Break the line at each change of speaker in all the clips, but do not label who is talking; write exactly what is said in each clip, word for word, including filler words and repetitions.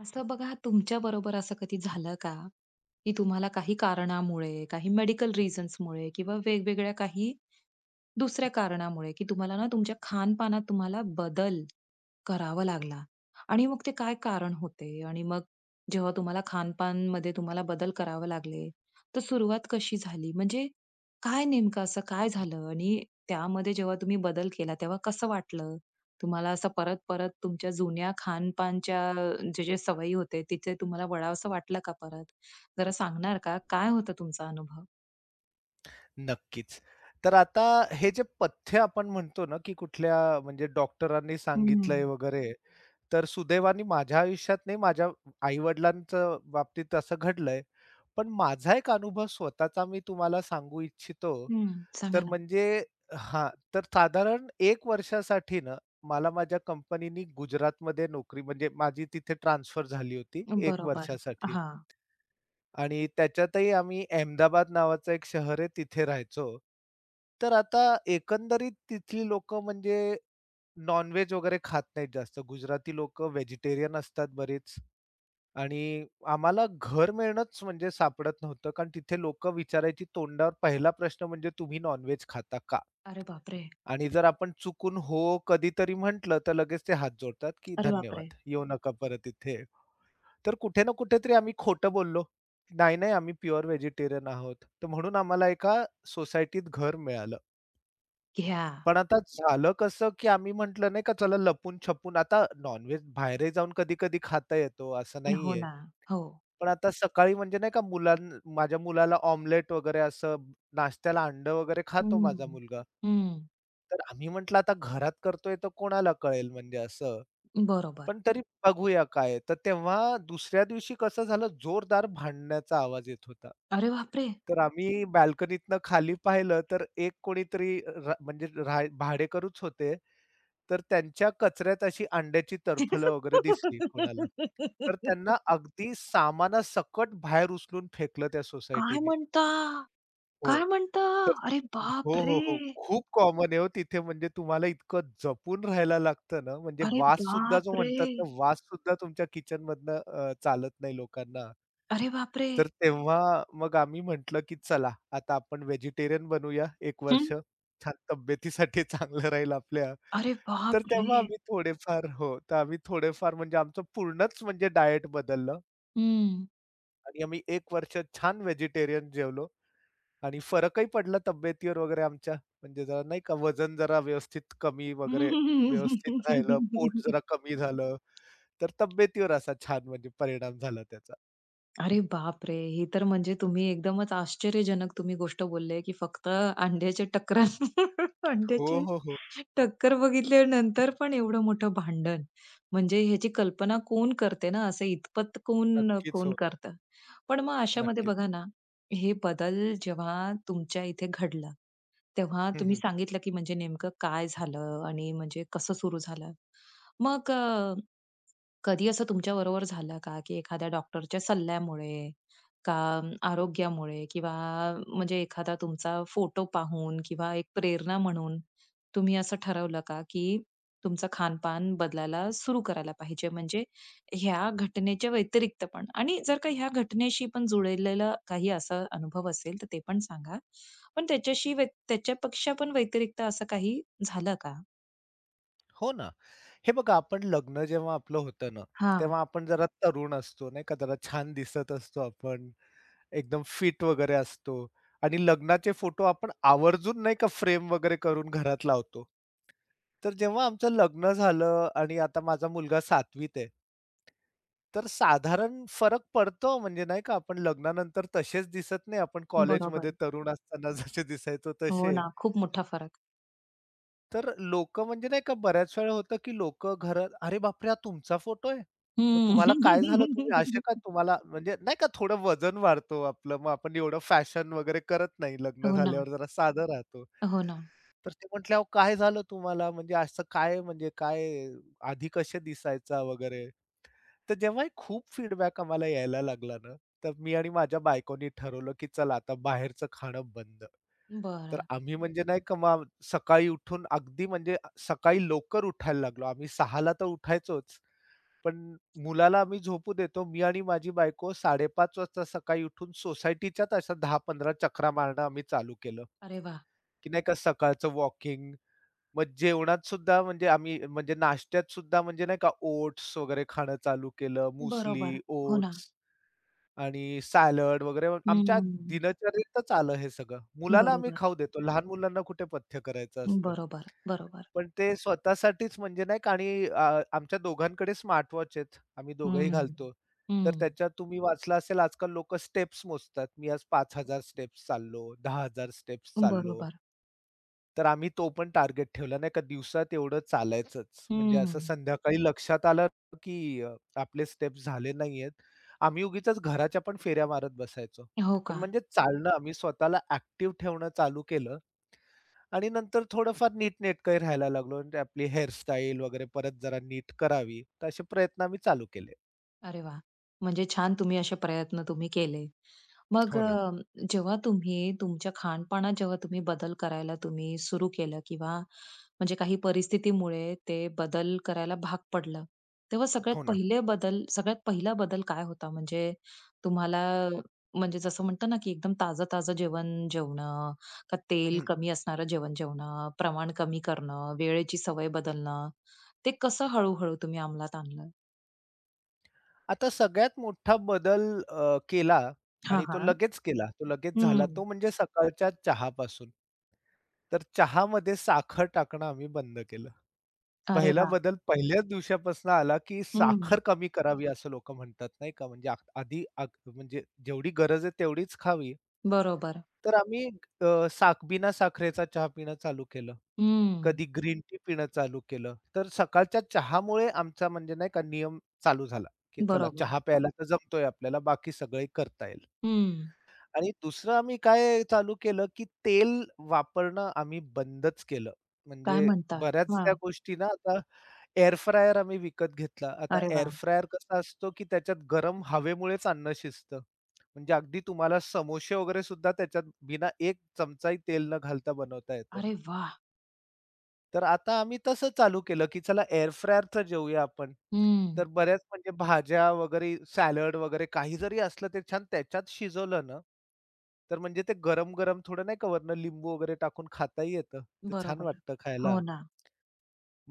असं बघा तुमच्याबरोबर असं कधी झालं का, की तुम्हाला काही कारणामुळे, काही मेडिकल रिझन्समुळे किंवा वेगवेगळ्या काही दुसऱ्या कारणामुळे, की तुम्हाला ना तुमच्या खानपानात तुम्हाला बदल करावा लागला आणि मग ते काय कारण होते? आणि मग जेव्हा तुम्हाला खानपानमध्ये तुम्हाला बदल करावे लागले, तर सुरुवात कशी झाली? म्हणजे काय नेमकं असं काय झालं? आणि त्यामध्ये जेव्हा तुम्ही बदल केला, तेव्हा कसं वाटलं? तुम्हाला असं परत-परत तुमच्या जुन्या खानपानच्या जे, जे सवयी होते तिथे तुम्हाला वळावसं वाटलं का परत? जरा सांगणार का? काय होता तुमचा अनुभव?
नक्कीच. तर आता हे जे पथ्य आपण म्हणतो ना, की कुठल्या म्हणजे डॉक्टरांनी
हं,
सांगितलंय वगैरे, तर सुदैवाने माझ्या आयुष्यात नाही, माझ्या आई-वडिलांच्या बाबतीत असं घडलंय. पण माझा एक अनुभव स्वतःचा मी तुम्हाला सांगू इच्छितो.
हं. सांगा
तर
ना.
म्हणजे हां, तर साधारण एक वर्षासाठी ना, मला माझ्या कंपनीनी गुजरातमध्ये नोकरी म्हणजे माझी तिथे ट्रान्सफर झाली होती एक
बरोबर.
वर्षासाठी.
हां.
आणि त्याच्यातही आम्ही अहमदाबाद नावाचं एक शहर आहे तिथे राहायचो. तर आता एकंदरीत तिथली लोकं म्हणजे नॉन-व्हेज वगैरे खात नाहीत जास्त. गुजराती लोकं व्हेजिटेरियन असतात बरीच आणि आम्हाला घर मिळणंच म्हणजे सापडत नव्हतं. कारण तिथे लोकं विचारायची तोंडावर पहिला प्रश्न म्हणजे तुम्ही नॉन खाता का?
अरे बापरे!
आणि जर आपण चुकून हो कधीतरी म्हटलं, तर लगेच ते हात जोडतात, की
अरे बापरे!
"धन्यवाद. येऊ नका परत इथे." तर कुठे ना कुठेतरी आम्ही खोटं बोललो. नाही, नाही आम्ही प्युअर व्हेजिटेरियन आहोत. तर म्हणून आम्हाला एका सोसायटीत घर मिळालं.
घ्या.
पण आता झालं कसं, की आम्ही म्हटलं नाही का चला लपून-छपून आता नॉन-व्हेज बाहेरही जाऊन कधी-कधी खाता येतो असं
हो
नाहीये.
ना. हो.
पण आता सकाळी म्हणजे नाही का मुलां माझ्या मुलाला ऑमलेट वगैरे असं नाश्त्याला अंडं वगैरे
हं.
खातो माझा मुलगा.
हं.
तर आम्ही म्हटलं आता घरात करतोय तर कोणाला कळेल म्हणजे असं.
बरोबर.
पण तरी बघूया काय आहे. तर तेव्हा दुसऱ्या दिवशी कसं झालं, जोरदार भांडण्याचा आवाज येत होता.
अरे बापरे!
तर आम्ही बाल्कनीतनं खाली पाहिलं, तर एक कोणीतरी रा म्हणजे रा भाडेकरूच होते. तर त्यांच्या कचऱ्यात अशी अंड्याची टरफलं वगैरे दिसली कोणाला. तर त्यांना अगदी सामानासकट बाहेर उचलून फेकलं त्या
काय
सोसायटीने.
म्हणता?
हो.
काय म्हणता?
तर
अरे
हो, हो,
बापरे!
हो. खूप कॉमन आहे हो तिथे म्हणजे तुम्हाला इतकं जपून राहायला लागतं ना, म्हणजे
अरे
वाससुद्धा जो
बापरे!
म्हणतात ना, वाससुद्धा तुमच्या किचनमधनं अ, चालत नाही लोकांना.
अरे बापरे!
तर तेव्हा मग आम्ही म्हटलं, की चला आता आपण व्हेजिटेरियन बनूया एक
हं.
वर्ष. छान तब्येतीसाठी चांगलं राहील आपल्या.
अरे
तर
बापरे!
तेव्हा आम्ही थोडेफार हो, तर आम्ही थोडेफार म्हणजे आमचं पूर्णच म्हणजे डायट बदललं
हं.
आणि आम्ही एक वर्ष छान व्हेजिटेरियन जेवलो. आणि फरकही पडला तब्येतीवर वगैरे आमच्या. म्हणजे जरा नाही का वजन जरा व्यवस्थित कमी वगैरे व्यवस्थित राहिलं, पोट जरा कमी झालं, तर तब्येतीवर असा छान म्हणजे परिणाम झाला त्याचा.
अरे बापरे! हे तर म्हणजे तुम्ही एकदमच आश्चर्यजनक तुम्ही गोष्ट बोलले, की फक्त अंड्याच्या टकरा
हो,
अंड्याची
हो, हो.
टक्कर बघितल्यानंतर पण एवढं मोठं भांडण. म्हणजे ह्याची कल्पना कोण करते ना, असं इतपत कोण
नक्कीच
कोण
हो.
करतं. पण मग अशामध्ये
नक्कीच.
बघा ना, हे बदल जेव्हा तुमच्या इथे घडला, तेव्हा
हं,
तुम्ही
हं.
सांगितलं, की म्हणजे नेमकं काय झालं आणि म्हणजे कसं सुरू झालं. मग कधी असं तुमच्याबरोबर झालं का, की एखाद्या डॉक्टरच्या सल्ल्यामुळे का अम, आरोग्यामुळे किंवा म्हणजे एखादा तुमचा फोटो पाहून किंवा एक प्रेरणा म्हणून तुम्ही असं ठरवलं का, की तुमचं खानपान बदलायला सुरू करायला पाहिजे? म्हणजे ह्या घटनेच्या व्यतिरिक्त पण आणि जर का ह्या घटनेशी पण जुळलेला काही असा अनुभव असेल, तर ते पण सांगा? पण त्याच्याशी व्य त्याच्यापेक्षा पण व्यतिरिक्त असं काही झालं का?
हो ना. हे बघा आपण लग्न जेव्हा आपलं होतं ना,
हां,
तेव्हा आपण जरा तरुण असतो नाही का, जरा छान दिसत असतो आपण, एकदम फिट वगैरे असतो आणि लग्नाचे फोटो आपण आवर्जून नाही का फ्रेम वगैरे करून घरात लावतो. तर जेव्हा आमचं लग्न झालं आणि आता माझा मुलगा सातवीत आहे. तर साधारण फरक पडतो म्हणजे नाही का आपण लग्नानंतर तसेच दिसत नाही. आपण कॉलेजमध्ये
बरोबर.
तरुण असताना जसे दिसायचो
हो
तसे.
ना, खूप मोठा फरक.
तर लोकं म्हणजे नाही का बऱ्याच वेळा होतं, की लोकं घरात "अरे बापरे! हा तुमचा फोटो आहे? मग
हं.
तुम्हाला काय झालं? तुम्ही असे का तुम्हाला" म्हणजे नाही का थोडं वजन वाढतो आपलं. मग आपण एवढं फॅशन वगैरे करत नाही. लग्न
हो ना,
झाल्यावर जरा साधं राहतो.
हो ना.
तर ते म्हटले, "अहो काय झालं तुम्हाला? म्हणजे असं काय म्हणजे काय आधी कसे दिसायचा?" वगैरे. तर जेव्हा हे खूप फीडबॅक आम्हाला यायला लागला ना, तर मी आणि माझ्या बायकोनी ठरवलं, की चला आता बाहेरचं खाणं बंद.
बर,
तर आम्ही म्हणजे नाही का मग सकाळी उठून अगदी म्हणजे सकाळी लवकर उठायला लागलो. आम्ही सहा तर उठायचोच, पण मुलाला आम्ही झोपू देतो. मी आणि माझी बायको साडेपाच वाजता सकाळी उठून सोसायटीच्याच अशा दहा पंधरा चकरा मारणं आम्ही चालू केलं,
अरे वाह!
की नाही का सकाळचं वॉकिंग मग जेवणात सुद्धा म्हणजे आम्ही म्हणजे नाश्त्यात सुद्धा म्हणजे नाही का ओट्स वगैरे खाणं चालू केलं. मुसली,
बरोबर.
हं.
हो ना.
ओट्स आणि सॅलड वगैरे आमच्या
हं.
दिनचर्येतच आलं हे सगळं. मुलाला आम्ही
बरोबर,
खाऊ देतो. लहान मुलांना कुठे पथ्य करायचं असतं.
बरोबर, बरोबर.
पण ते स्वतःसाठीच म्हणजे नाही का आणि अ, आमच्या दोघांकडे स्मार्टवॉच आहेत. आम्ही दोघंही
हं.
घालतो.
हं.
तर त्याच्यात तुम्ही वाचलं असेल आजकाल लोकं स्टेप्स मोजतात. मी आज पाच हजार स्टेप्स चाललो, दहा हजार स्टेप्स चाललो.
बरोबर.
तर आम्ही तो पण टार्गेट ठेवला नाही का दिवसात एवढं चालायचंच. म्हणजे असं
हं.
संध्याकाळी लक्षात आलं की अ, आपले स्टेप झाले नाहीयेत. आम्ही उगीचच घराच्या पण फेऱ्या मारत बसायचो.
हो
पण
का?
म्हणजे चालणं आम्ही स्वतःला ॲक्टिव्ह ठेवणं चालू केलं आणि नंतर थोडंफार नीटनेटकं राहायला लागलो. म्हणजे आपली हेअरस्टाईल वगैरे परत जरा नीट करावी. तर असे प्रयत्न आम्ही चालू केले.
अरे वा, म्हणजे छान तुम्ही असे प्रयत्न तुम्ही केले. मग
हो
हो.
ना,
अ, जेव्हा तुम्ही तुमच्या खानपानात जेव्हा तुम्ही बदल करायला तुम्ही सुरू केलं किंवा म्हणजे काही परिस्थितीमुळे ते बदल करायला भाग पडलं, तेव्हा सगळ्यात
हो ना.
पहिले बदल सगळ्यात पहिला बदल काय होता? म्हणजे तुम्हाला म्हणजे जसं म्हणतो ना, की एकदम ताजं-ताजं जेवण जेवणं, का तेल
हं.
कमी असणारं जेवण जेवणं, प्रमाण कमी करणं, वेळेची सवय बदलणं, ते कसं हळू तुम्ही अंमलात आणलं?
आता सगळ्यात मोठा बदल अ, केला
हां,
आणि तो
हां.
लगेच केला. तो लगेच झाला
हं.
तो म्हणजे सकाळच्या चहापासून. तर चहामध्ये साखर टाकणं आम्ही बंद केलं.
अरे
पहिला
वाह!
बदल पहिल्याच दिवसापासून आला, की
हं.
साखर कमी करावी असं लोकं म्हणतात नाही का. म्हणजे आ आधी आ म्हणजे जेवढी गरज आहे तेवढीच खावी.
बरोबर.
तर आम्ही अ, साख बिना साखरेचा चहा पिणं चालू केलं.
हं.
कधी ग्रीन टी पिणं चालू केलं. तर सकाळच्या चहामुळे आमचा म्हणजे नाही का नियम चालू झाला, की चला
बरोबर.
चहा प्यायला तर जमतोय आपल्याला, बाकी सगळे करता येईल.
हं.
आणि दुसरं आम्ही काय चालू केलं, की तेल वापरणं आम्ही बंदच केलं.
काय
म्हणजे
म्हणता?
बऱ्याच त्या
हां.
गोष्टी ना आता एअर फ्रायर आम्ही विकत घेतला. आता
अरे
एअर
वाह!
फ्रायर कसा असतो, की त्याच्यात गरम हवेमुळेच अन्न शिजतं. म्हणजे अगदी तुम्हाला समोसे वगैरे सुद्धा त्याच्यात बिना एक चमचाही तेल न घालता बनवता येतं.
अरे वाह!
तर आता आम्ही तसं चालू केलं, की चला एअर फ्रायरचं जेऊया आपण.
हं.
तर बऱ्याच म्हणजे भाज्या वगैरे, सॅलड वगैरे काही जरी असलं ते छान त्याच्यात शिजवलं ना, तर म्हणजे ते गरम-गरम थोडं नाही का वरनं लिंबू वगैरे टाकून खाताही येतं. तर छान
बरोबर.
वाटतं खायला.
हो ना.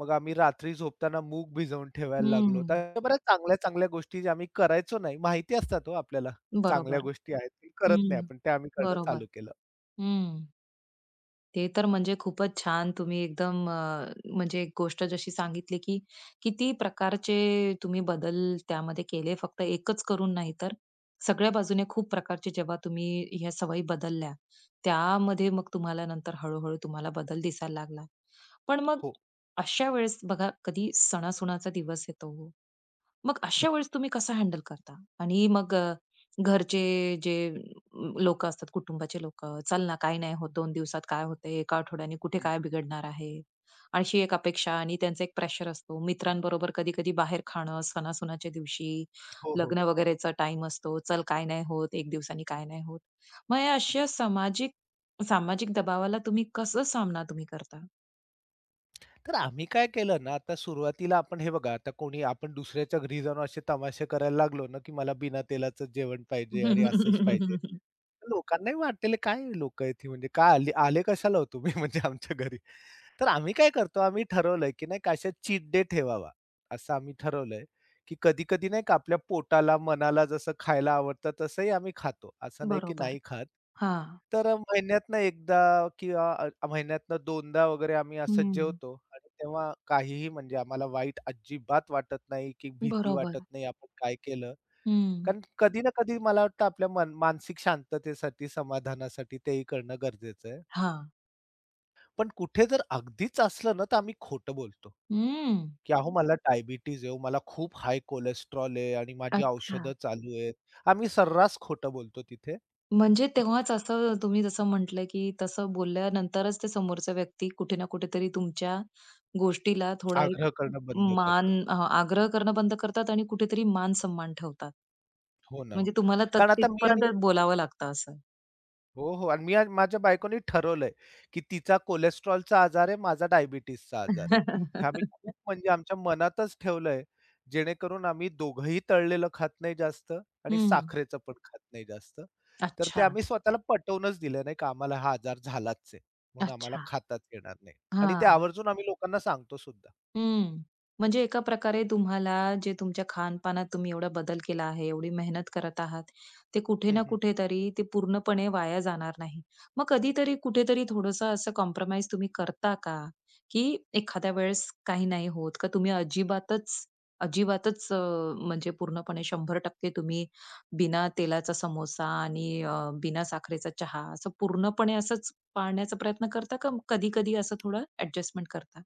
मग आम्ही रात्री झोपताना मूग भिजवून ठेवायला लागलो. तर
हं.
अशा बऱ्याच चांगल्या-चांगल्या गोष्टी ज्या आम्ही करायचो नाही, माहिती असतात हो आपल्याला. चांगल्या
बरोबर.
गोष्टी आहेत, ते करत नाही
हं.
आपण. त्या आम्ही करणं
बरोबर.
चालू केलं.
हं. ते तर म्हणजे खूपच छान तुम्ही एकदम अ, म्हणजे एक गोष्ट जशी सांगितली की किती प्रकारचे तुम्ही बदल त्यामध्ये केले फक्त एकच करून नाही तर सगळ्या बाजूने खूप प्रकारचे जेव्हा तुम्ही ह्या सवयी बदलल्या त्यामध्ये मग तुम्हाला नंतर हळूहळू तुम्हाला बदल दिसायला लागला. पण मग
हो.
अशा वेळेस बघा कधी सणासुणाचा दिवस येतो मग अशा वेळेस तुम्ही कसं हँडल करता? आणि मग अ, घरचे जे लोकं असतात, कुटुंबाचे लोकं, "चल ना, काही नाही होत. दोन दिवसात काय होतंय? एका आठवड्याने कुठे
हं.
काय बिघडणार आहे?" अशी एक अपेक्षा आणि त्यांचा एक प्रेशर असतो. मित्रांबरोबर कधी-कधी बाहेर खाणं, सणासुनाच्या दिवशी,
हो, हो.
लग्न वगैरेचा टाईम असतो. "चल, काय नाही होत. एका दिवसाने काय नाही होत." मग या अशा सामाजिक सामाजिक दबावाला तुम्ही कसं सामना तुम्ही करता?
तर आम्ही काय केलं ना, आता सुरुवातीला आपण हे बघा, आता कोणी आपण दुसऱ्याच्या घरी जाऊन असे तमाशे करायला लागलो ना, की मला बिना तेलाचं जेवण पाहिजे आणि असंच पाहिजे. लोकांनाही वाटेल काय लोकं आहेत ही म्हणजे काय आली आले कशाला हो तुम्ही म्हणजे आमच्या घरी. तर आम्ही काय करतो, आम्ही ठरवलंय, की नाही का असा चीट डे ठेवावा. असं आम्ही ठरवलंय, की कधी-कधी नाही का आपल्या पोटाला, मनाला जसं खायला आवडतं तसंही आम्ही खातो. असं नाही की
बरोबर.
नाही खात.
हां.
तर अ, महिन्यातनं एकदा किंवा अ, महिन्यातनं दोनदा वगैरे आम्ही असंच
हं.
जेवतो आणि तेव्हा काहीही म्हणजे आम्हाला वाईट अजिबात वाटत नाही, की भीती
बरोबर.
वाटत नाही आपण काय केलं.
हं.
कारण कधी ना कधी मला वाटतं आपल्या मन मानसिक शांततेसाठी, समाधानासाठी तेही करणं गरजेचं आहे.
हां.
पण कुठे जर अगदीच असलं ना, तर आम्ही खोटं बोलतो,
हं.
की "अहो मला डायबिटीज आहे, मला खूप हाय कोलेस्टेरॉल आहे आणि माझी
अच्छा.
औषधं चालू आहेत." आम्ही सर्रास खोटं बोलतो तिथे.
म्हणजे तेव्हाच असं तुम्ही जसं म्हटलं, की तसं बोलल्यानंतरच ते समोरचा व्यक्ती कुठे ना कुठेतरी तुमच्या गोष्टीला थोडा एक
आग्रह करणं बंद
मान
करतो.
अ, आग्रह करणं बंद करतात आणि कुठेतरी मान सन्मान ठेवतात.
हो ना. हो.
म्हणजे तुम्हाला त
कारण आता मी
तिथपर्यंत
आणि
बोलावं लागतं असं.
हो, हो. आणि मी आज माझ्या बायकोनी ठरवलंय, की तिचा कोलेस्ट्रॉलचा आजार आहे, माझा डायबिटीसचा आजार आहे. हे आम्ही खूप म्हणजे आमच्या मनातच ठेवलंय, जेणेकरून आम्ही दोघंही तळलेलं खात नाही जास्त आणि
हं.
साखरेचं पण खात नाही जास्त. तर ते
अच्छा.
आम्ही स्वतःला पटवूनच दिलं नाही का आम्हाला हा आजार झालाच आहे, म्हणून आम्हाला
अच्छा.
खाताच येणार नाही. आणि ते
हां.
आवर्जून आम्ही लोकांना सांगतो सुद्धा.
हं. म्हणजे एका प्रकारे तुम्हाला जे तुमच्या खानपानात तुम्ही एवढा बदल केला आहे, एवढी मेहनत करत आहात, ते कुठे
हं,
ना
हं.
कुठेतरी ते पूर्णपणे वाया जाणार नाही. मग कधीतरी कुठेतरी थोडंसं असं कॉम्प्रोमाईज तुम्ही करता का? की एखाद्या वेळेस काही नाही होत का तुम्ही अजिबातच, अजिबातच अ, म्हणजे पूर्णपणे शंभर टक्के तुम्ही बिना तेलाचा समोसा आणि अ, बिना साखरेचा चहा असं पूर्णपणे असंच पाळण्याचा प्रयत्न करता का कधी-कधी असं थोडं ॲडजस्टमेंट करता?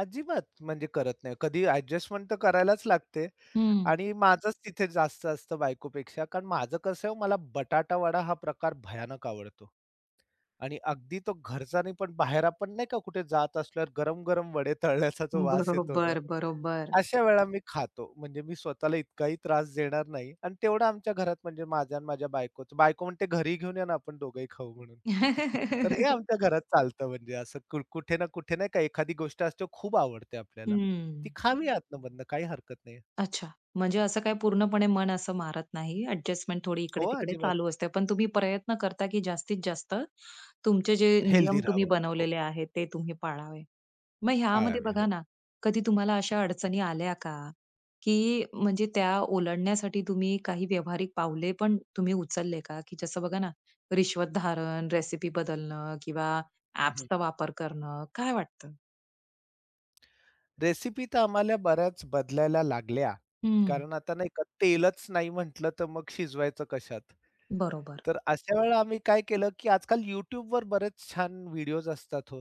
अजिबात म्हणजे करत नाही. कधी ॲडजस्टमेंट तर करायलाच लागते.
हं.
आणि माझंच तिथे जास्त असतं बायकोपेक्षा. कारण माझं कसं आहे, हो, मला बटाटा वडा हा प्रकार भयानक आवडतो आणि अगदी तो घरचा नाही, पण बाहेर आपण नाही का कुठे जात असल्यावर गरम-गरम वडे तळल्याचा जो वास येतो ना,
बरोबर, बरोबर.
अशा वेळा मी खातो. म्हणजे मी स्वतःला इतकाही त्रास देणार नाही आणि तेवढं आमच्या घरात म्हणजे माझ्या आणि माझ्या बायकोचं. बायको म्हणते, "घरी घेऊन या ना, आपण दोघंही खाऊ" म्हणून. तर हे आमच्या घरात चालतं म्हणजे असं कु कुठे ना कुठे नाही का एखादी गोष्ट असते, खूप आवडते आपल्याला.
हं.
ती खावी आतनं-मधनं, काही हरकत नाही.
अच्छा. म्हणजे असं काही पूर्णपणे मन असं मारत नाही. ॲडजस्टमेंट थोडी
हो,
इकडे-तिकडे
अजिबात.
चालू असते. पण तुम्ही प्रयत्न करता, की जास्तीत जास्त तुमचे जे
हेल्दी
नियम तुम्ही
राहावं. हो,
बनवलेले आहेत, ते तुम्ही पाळावे. मग ह्यामध्ये
पाळावी.
बघा
हो.
ना, कधी तुम्हाला अशा अडचणी आल्या का, की म्हणजे त्या ओलांडण्यासाठी तुम्ही काही व्यावहारिक पावले पण तुम्ही उचलले का? की जसं बघा ना, रिश्वत धारण, रेसिपी बदलणं किंवा ॲप्सचा वापर करणं. काय वाटतं?
रेसिपी तर आम्हाला बऱ्याच बदलायला लागल्या.
हं,
कारण आता नाही का तेलच नाही म्हटलं तर मग शिजवायचं कशात?
बरोबर.
तर अशा वेळेला आम्ही काय केलं, की आजकाल YouTube वर बरेच छान व्हिडिओज असतात हो.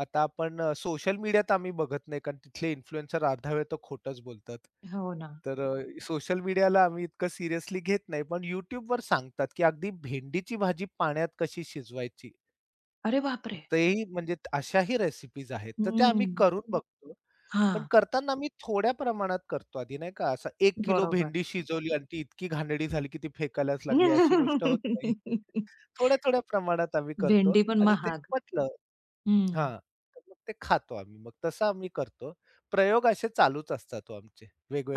आता आपण सोशल मीडियात आम्ही बघत नाही कारण तिथले इन्फ्लुएन्सर अर्धा वेळ तर खोटंच बोलतात.
हो ना.
तर सोशल मीडियाला आम्ही इतकं सिरियसली घेत नाही. पण YouTubeवर सांगतात, की अगदी भेंडीची भाजी पाण्यात कशी शिजवायची.
अरे बापरे!
तेही म्हणजे अशाही रेसिपीज आहेत. तर त्या
हं.
आम्ही करून हं. बघतो. पण
हां.
करताना मी थोड्या प्रमाणात करतो आधी नाही का, असं एक किलो
बरोबर.
भेंडी शिजवली आणि ती इतकी घाणेरडी झाली की ती फेकायलाच लागली अशी गोष्ट होत नाही. थोड्या-थोड्या प्रमाणात आम्ही करतो
भेंडी पण
आणि ते
महाग.
पटलं
हं.
हां, तर मग ते खातो आम्ही. मग तसं आम्ही करतो. प्रयोग असे चालूच असतात हो आमचे.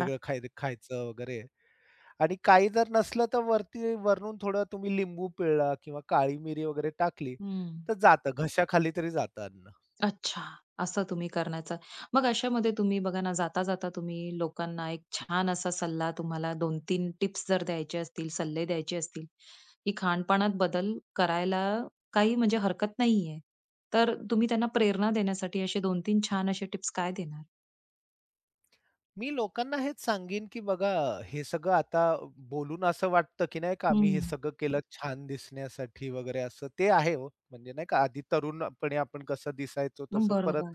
हां.
खाय खायचं वगैरे आणि काही जर नसलं तर वरती वरून थोडं तुम्ही लिंबू पिळला किंवा काळी मिरी वगैरे टाकली,
हं.
तर जातं घशाखाली तरी जातं अन्न.
अच्छा. असं तुम्ही करण्याचा मग अशामध्ये तुम्ही बघा ना, जाता-जाता तुम्ही लोकांना एक छान असा सल्ला तुम्हाला दोन तीन टिप्स जर द्यायचे असतील, सल्ले द्यायचे असतील, की खानपानात बदल करायला काही म्हणजे हरकत नाहीये. तर तुम्ही त्यांना प्रेरणा देण्यासाठी असे दोन तीन छान असे टिप्स काय देणार?
मी लोकांना हेच सांगेन, की बघा हे सगळं आता बोलून असं वाटतं, की नाही का आम्ही हे
हं.
सगळं केलं छान दिसण्यासाठी वगैरे असं. ते आहे हो. म्हणजे नाही का आधी तरुणपणी आपण कसं दिसायचो तसं परत
बरोबर.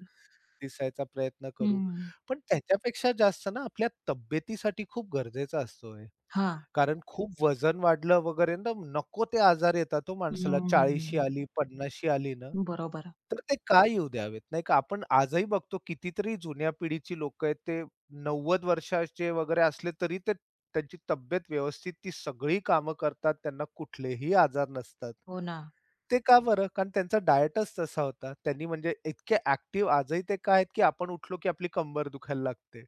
दिसायचा प्रयत्न करू.
हं.
पण त्याच्यापेक्षा जास्त ना आपल्या तब्येतीसाठी खूप गरजेचा असतो हे.
हां.
कारण खूप वजन वाढलं वगैरे ना, नको ते आजार येतात हो माणसाला. चाळिशी
हं.
आली, पन्नाशी आली ना,
बरोबर.
तर ते का येऊ द्यावेत? नाही का? आपण आजही बघतो कितीतरी जुन्या पिढीची लोकं आहेत, ते नव्वद वर्षाचे वगैरे असले तरी ते त्यांची तब्येत व्यवस्थित, ती सगळी कामं करतात. त्यांना कुठलेही आजार नसतात.
हो ना.
ते का बरं? कारण त्यांचा डायटच तसा होता. त्यांनी म्हणजे इतके ॲक्टिव्ह आजही ते काय आहेत, की आपण उठलो की आपली कंबर दुखायला लागते.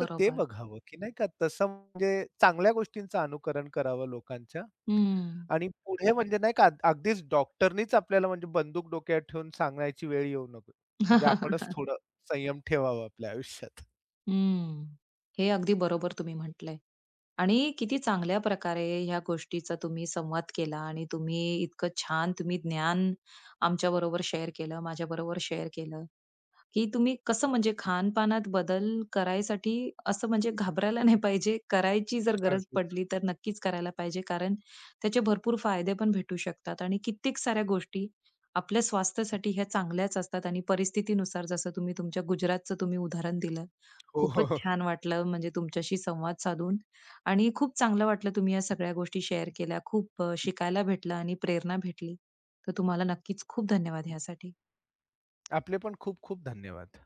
तर ते बघावं, की नाही का तसं म्हणजे चांगल्या गोष्टींचं अनुकरण करावं लोकांच्या
हं.
आणि पुढे म्हणजे नाही का अगदीच डॉक्टरनीच आपल्याला म्हणजे बंदूक डोक्यावर ठेवून सांगायची वेळ येऊ नको.
हं.
म्हणजे आपणच थोडं संयम ठेवावा आपल्या आयुष्यात.
हे अगदी बरोबर तुम्ही म्हटलंय आणि किती चांगल्या प्रकारे ह्या गोष्टीचा तुम्ही संवाद केला आणि तुम्ही इतकं छान तुम्ही ज्ञान आमच्याबरोबर शेअर केलं, माझ्याबरोबर शेअर केलं. की तुम्ही कसं म्हणजे खानपानात बदल करायसाठी असं म्हणजे घाबरायला नाही पाहिजे. करायची जर गरज
अगदीच.
पडली तर नक्कीच करायला पाहिजे. कारण त्याचे भरपूर फायदे पण भेटू शकतात आणि कित्येक साऱ्या गोष्टी आपल्या स्वास्थ्यासाठी ह्या चांगल्याच असतात आणि परिस्थितीनुसार जसं तुम्ही तुमच्या गुजरातचं तुम्ही उदाहरण दिलं.
हो, हो,
खूपच
हो.
छान वाटलं म्हणजे तुमच्याशी संवाद साधून आणि खूप चांगलं वाटलं तुम्ही या सगळ्या गोष्टी शेअर केल्या. खूप अ, शिकायला भेटलं आणि प्रेरणा भेटली. तर तुम्हाला नक्कीच खूप धन्यवाद ह्यासाठी.
आपले पण खूप खूप धन्यवाद.